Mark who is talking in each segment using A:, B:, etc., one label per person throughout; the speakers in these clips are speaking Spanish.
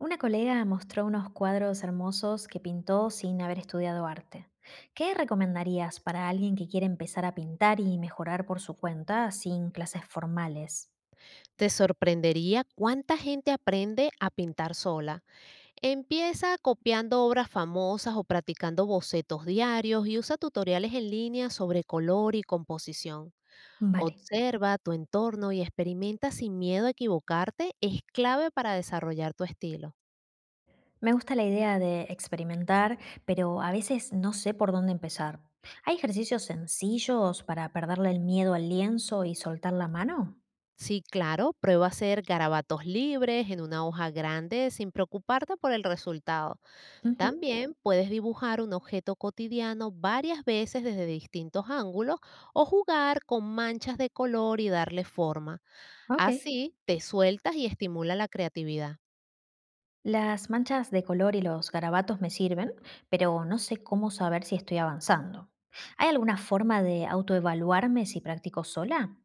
A: Una colega mostró unos cuadros hermosos que pintó sin haber estudiado arte. ¿Qué recomendarías para alguien que quiere empezar a pintar y mejorar por su cuenta sin clases formales?
B: Te sorprendería cuánta gente aprende a pintar sola. Empieza copiando obras famosas o practicando bocetos diarios y usa tutoriales en línea sobre color y composición.
A: Vale,
B: Observa tu entorno y experimenta sin miedo a equivocarte, es clave para desarrollar tu estilo.
A: me gusta la idea de experimentar, pero a veces no sé por dónde empezar. ¿Hay ejercicios sencillos para perderle el miedo al lienzo y soltar la mano?
B: Sí, claro, prueba a hacer garabatos libres en una hoja grande sin preocuparte por el resultado.
A: Ujú.
B: También puedes dibujar un objeto cotidiano varias veces desde distintos ángulos o jugar con manchas de color y darle forma.
A: Ok.
B: Así te sueltas y estimula la creatividad.
A: Las manchas de color y los garabatos me sirven, pero no sé cómo saber si estoy avanzando. ¿Hay alguna forma de autoevaluarme si practico sola?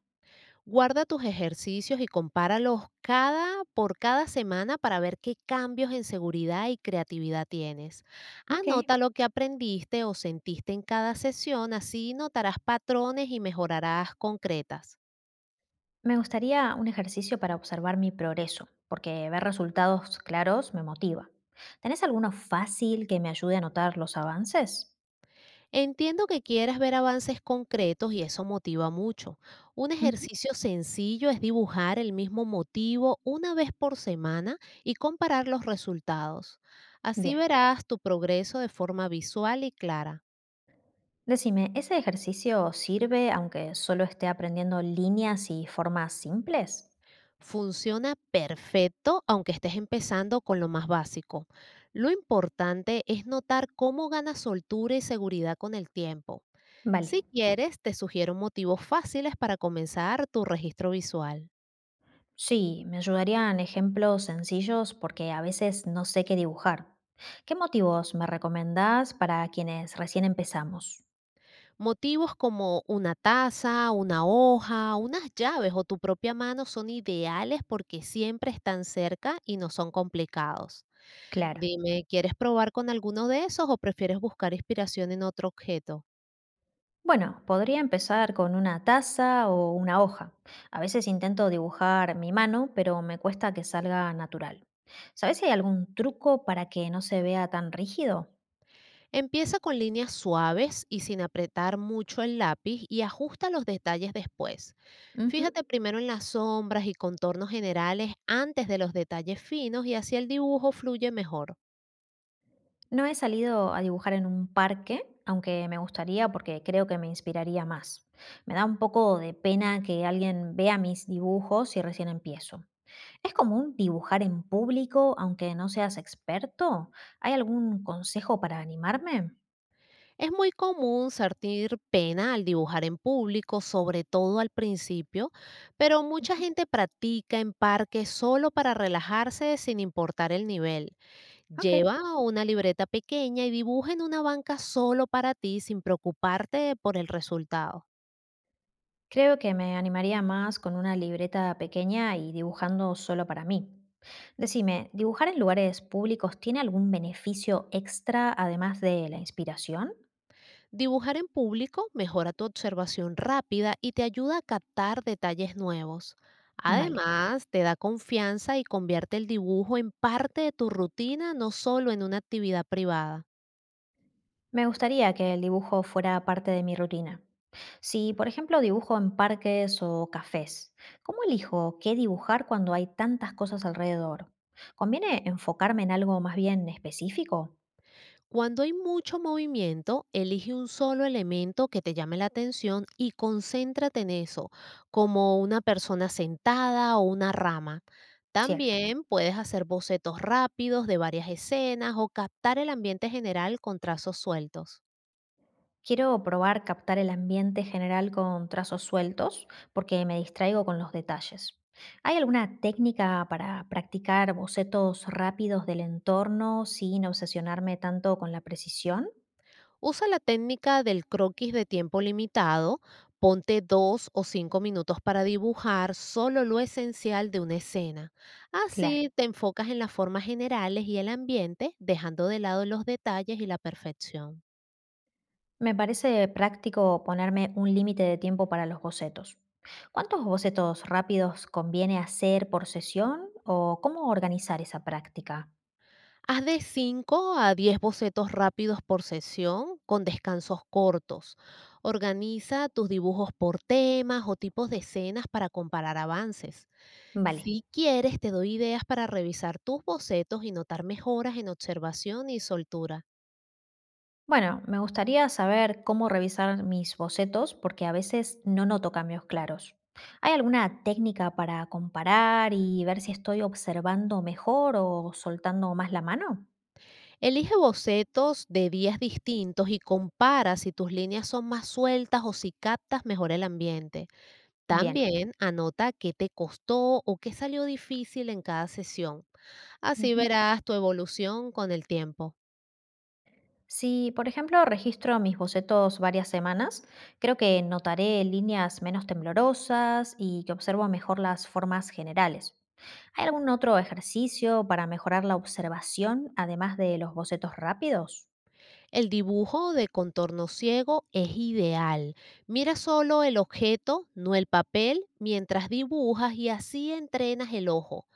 B: Guarda tus ejercicios y compáralos cada por cada semana para ver qué cambios en seguridad y creatividad tienes.
A: Ok,
B: Anota lo que aprendiste o sentiste en cada sesión, así notarás patrones y mejorarás concretas.
A: me gustaría un ejercicio para observar mi progreso, porque ver resultados claros me motiva. ¿Tenés alguno fácil que me ayude a notar los avances?
B: Entiendo que quieras ver avances concretos y eso motiva mucho. Un
A: Ujú.
B: ejercicio sencillo es dibujar el mismo motivo una vez por semana y comparar los resultados. Así
A: Bien,
B: verás tu progreso de forma visual y clara.
A: decime, ¿ese ejercicio sirve aunque solo esté aprendiendo líneas y formas simples?
B: Funciona perfecto aunque estés empezando con lo más básico. Lo importante es notar cómo ganas soltura y seguridad con el tiempo.
A: Vale.
B: Si quieres, te sugiero motivos fáciles para comenzar tu registro visual.
A: Sí, me ayudarían ejemplos sencillos porque a veces no sé qué dibujar. ¿Qué motivos me recomendás para quienes recién empezamos?
B: Motivos como una taza, una hoja, unas llaves o tu propia mano son ideales porque siempre están cerca y no son complicados.
A: Claro.
B: Dime, ¿quieres probar con alguno de esos o prefieres buscar inspiración en otro objeto?
A: Bueno, podría empezar con una taza o una hoja. A veces intento dibujar mi mano, pero me cuesta que salga natural. ¿Sabes si hay algún truco para que no se vea tan rígido?
B: Empieza con líneas suaves y sin apretar mucho el lápiz, y ajusta los detalles después.
A: Ujú.
B: Fíjate primero en las sombras y contornos generales antes de los detalles finos, y así el dibujo fluye mejor.
A: No he salido a dibujar en un parque, aunque me gustaría porque creo que me inspiraría más. Me da un poco de pena que alguien vea mis dibujos si recién empiezo. ¿Es común dibujar en público aunque no seas experto? ¿Hay algún consejo para animarme?
B: Es muy común sentir pena al dibujar en público, sobre todo al principio, pero mucha gente practica en parques solo para relajarse sin importar el nivel.
A: Ok.
B: Lleva una libreta pequeña y dibuja en una banca solo para ti, sin preocuparte por el resultado.
A: Creo que me animaría más con una libreta pequeña y dibujando solo para mí. Decime, ¿dibujar en lugares públicos tiene algún beneficio extra además de la inspiración?
B: Dibujar en público mejora tu observación rápida y te ayuda a captar detalles nuevos.
A: Vale.
B: Además, te da confianza y convierte el dibujo en parte de tu rutina, no solo en una actividad privada.
A: Me gustaría que el dibujo fuera parte de mi rutina. Si, por ejemplo, dibujo en parques o cafés, ¿cómo elijo qué dibujar cuando hay tantas cosas alrededor? ¿Conviene enfocarme en algo más bien específico?
B: Cuando hay mucho movimiento, elige un solo elemento que te llame la atención y concéntrate en eso, como una persona sentada o una rama.
A: Cierto.
B: También puedes hacer bocetos rápidos de varias escenas o captar el ambiente general con trazos sueltos.
A: Quiero probar captar el ambiente general con trazos sueltos porque me distraigo con los detalles. ¿Hay alguna técnica para practicar bocetos rápidos del entorno sin obsesionarme tanto con la precisión?
B: Usa la técnica del croquis de tiempo limitado. Ponte 2 o 5 minutos para dibujar solo lo esencial de una escena.
A: Claro.
B: Así te enfocas en las formas generales y el ambiente, dejando de lado los detalles y la perfección.
A: Me parece práctico ponerme un límite de tiempo para los bocetos. ¿Cuántos bocetos rápidos conviene hacer por sesión o cómo organizar esa práctica?
B: Haz de 5 a 10 bocetos rápidos por sesión, con descansos cortos. Organiza tus dibujos por temas o tipos de escenas para comparar avances.
A: Vale.
B: Si quieres, te doy ideas para revisar tus bocetos y notar mejoras en observación y soltura.
A: Bueno, me gustaría saber cómo revisar mis bocetos porque a veces no noto cambios claros. ¿Hay alguna técnica para comparar y ver si estoy observando mejor o soltando más la mano?
B: Elige bocetos de días distintos y compara si tus líneas son más sueltas o si captas mejor el ambiente.
A: Bien.
B: También anota qué te costó o qué salió difícil en cada sesión. Así
A: Ujú.
B: verás tu evolución con el tiempo.
A: Si, por ejemplo, registro mis bocetos varias semanas, creo que notaré líneas menos temblorosas y que observo mejor las formas generales. ¿Hay algún otro ejercicio para mejorar la observación, además de los bocetos rápidos?
B: El dibujo de contorno ciego es ideal. Mira solo el objeto, no el papel, mientras dibujas, y así entrenas el ojo.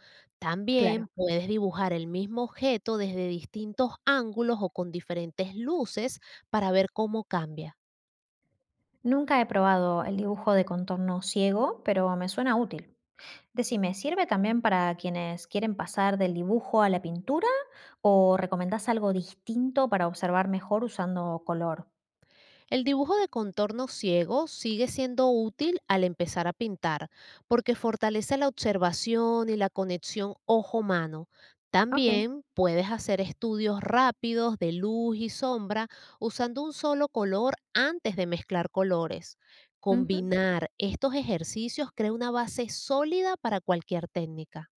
A: Claro,
B: También puedes dibujar el mismo objeto desde distintos ángulos o con diferentes luces para ver cómo cambia.
A: nunca he probado el dibujo de contorno ciego, pero me suena útil. Decime, ¿sirve también para quienes quieren pasar del dibujo a la pintura o recomendás algo distinto para observar mejor usando color?
B: El dibujo de contorno ciego sigue siendo útil al empezar a pintar porque fortalece la observación y la conexión ojo-mano.
A: Ok.
B: También puedes hacer estudios rápidos de luz y sombra usando un solo color antes de mezclar colores.
A: Ujú.
B: Combinar estos ejercicios crea una base sólida para cualquier técnica.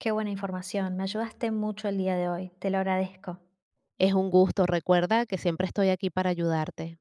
A: Qué buena información, me ayudaste mucho el día de hoy, te lo agradezco.
B: Es un gusto, recuerda que siempre estoy aquí para ayudarte.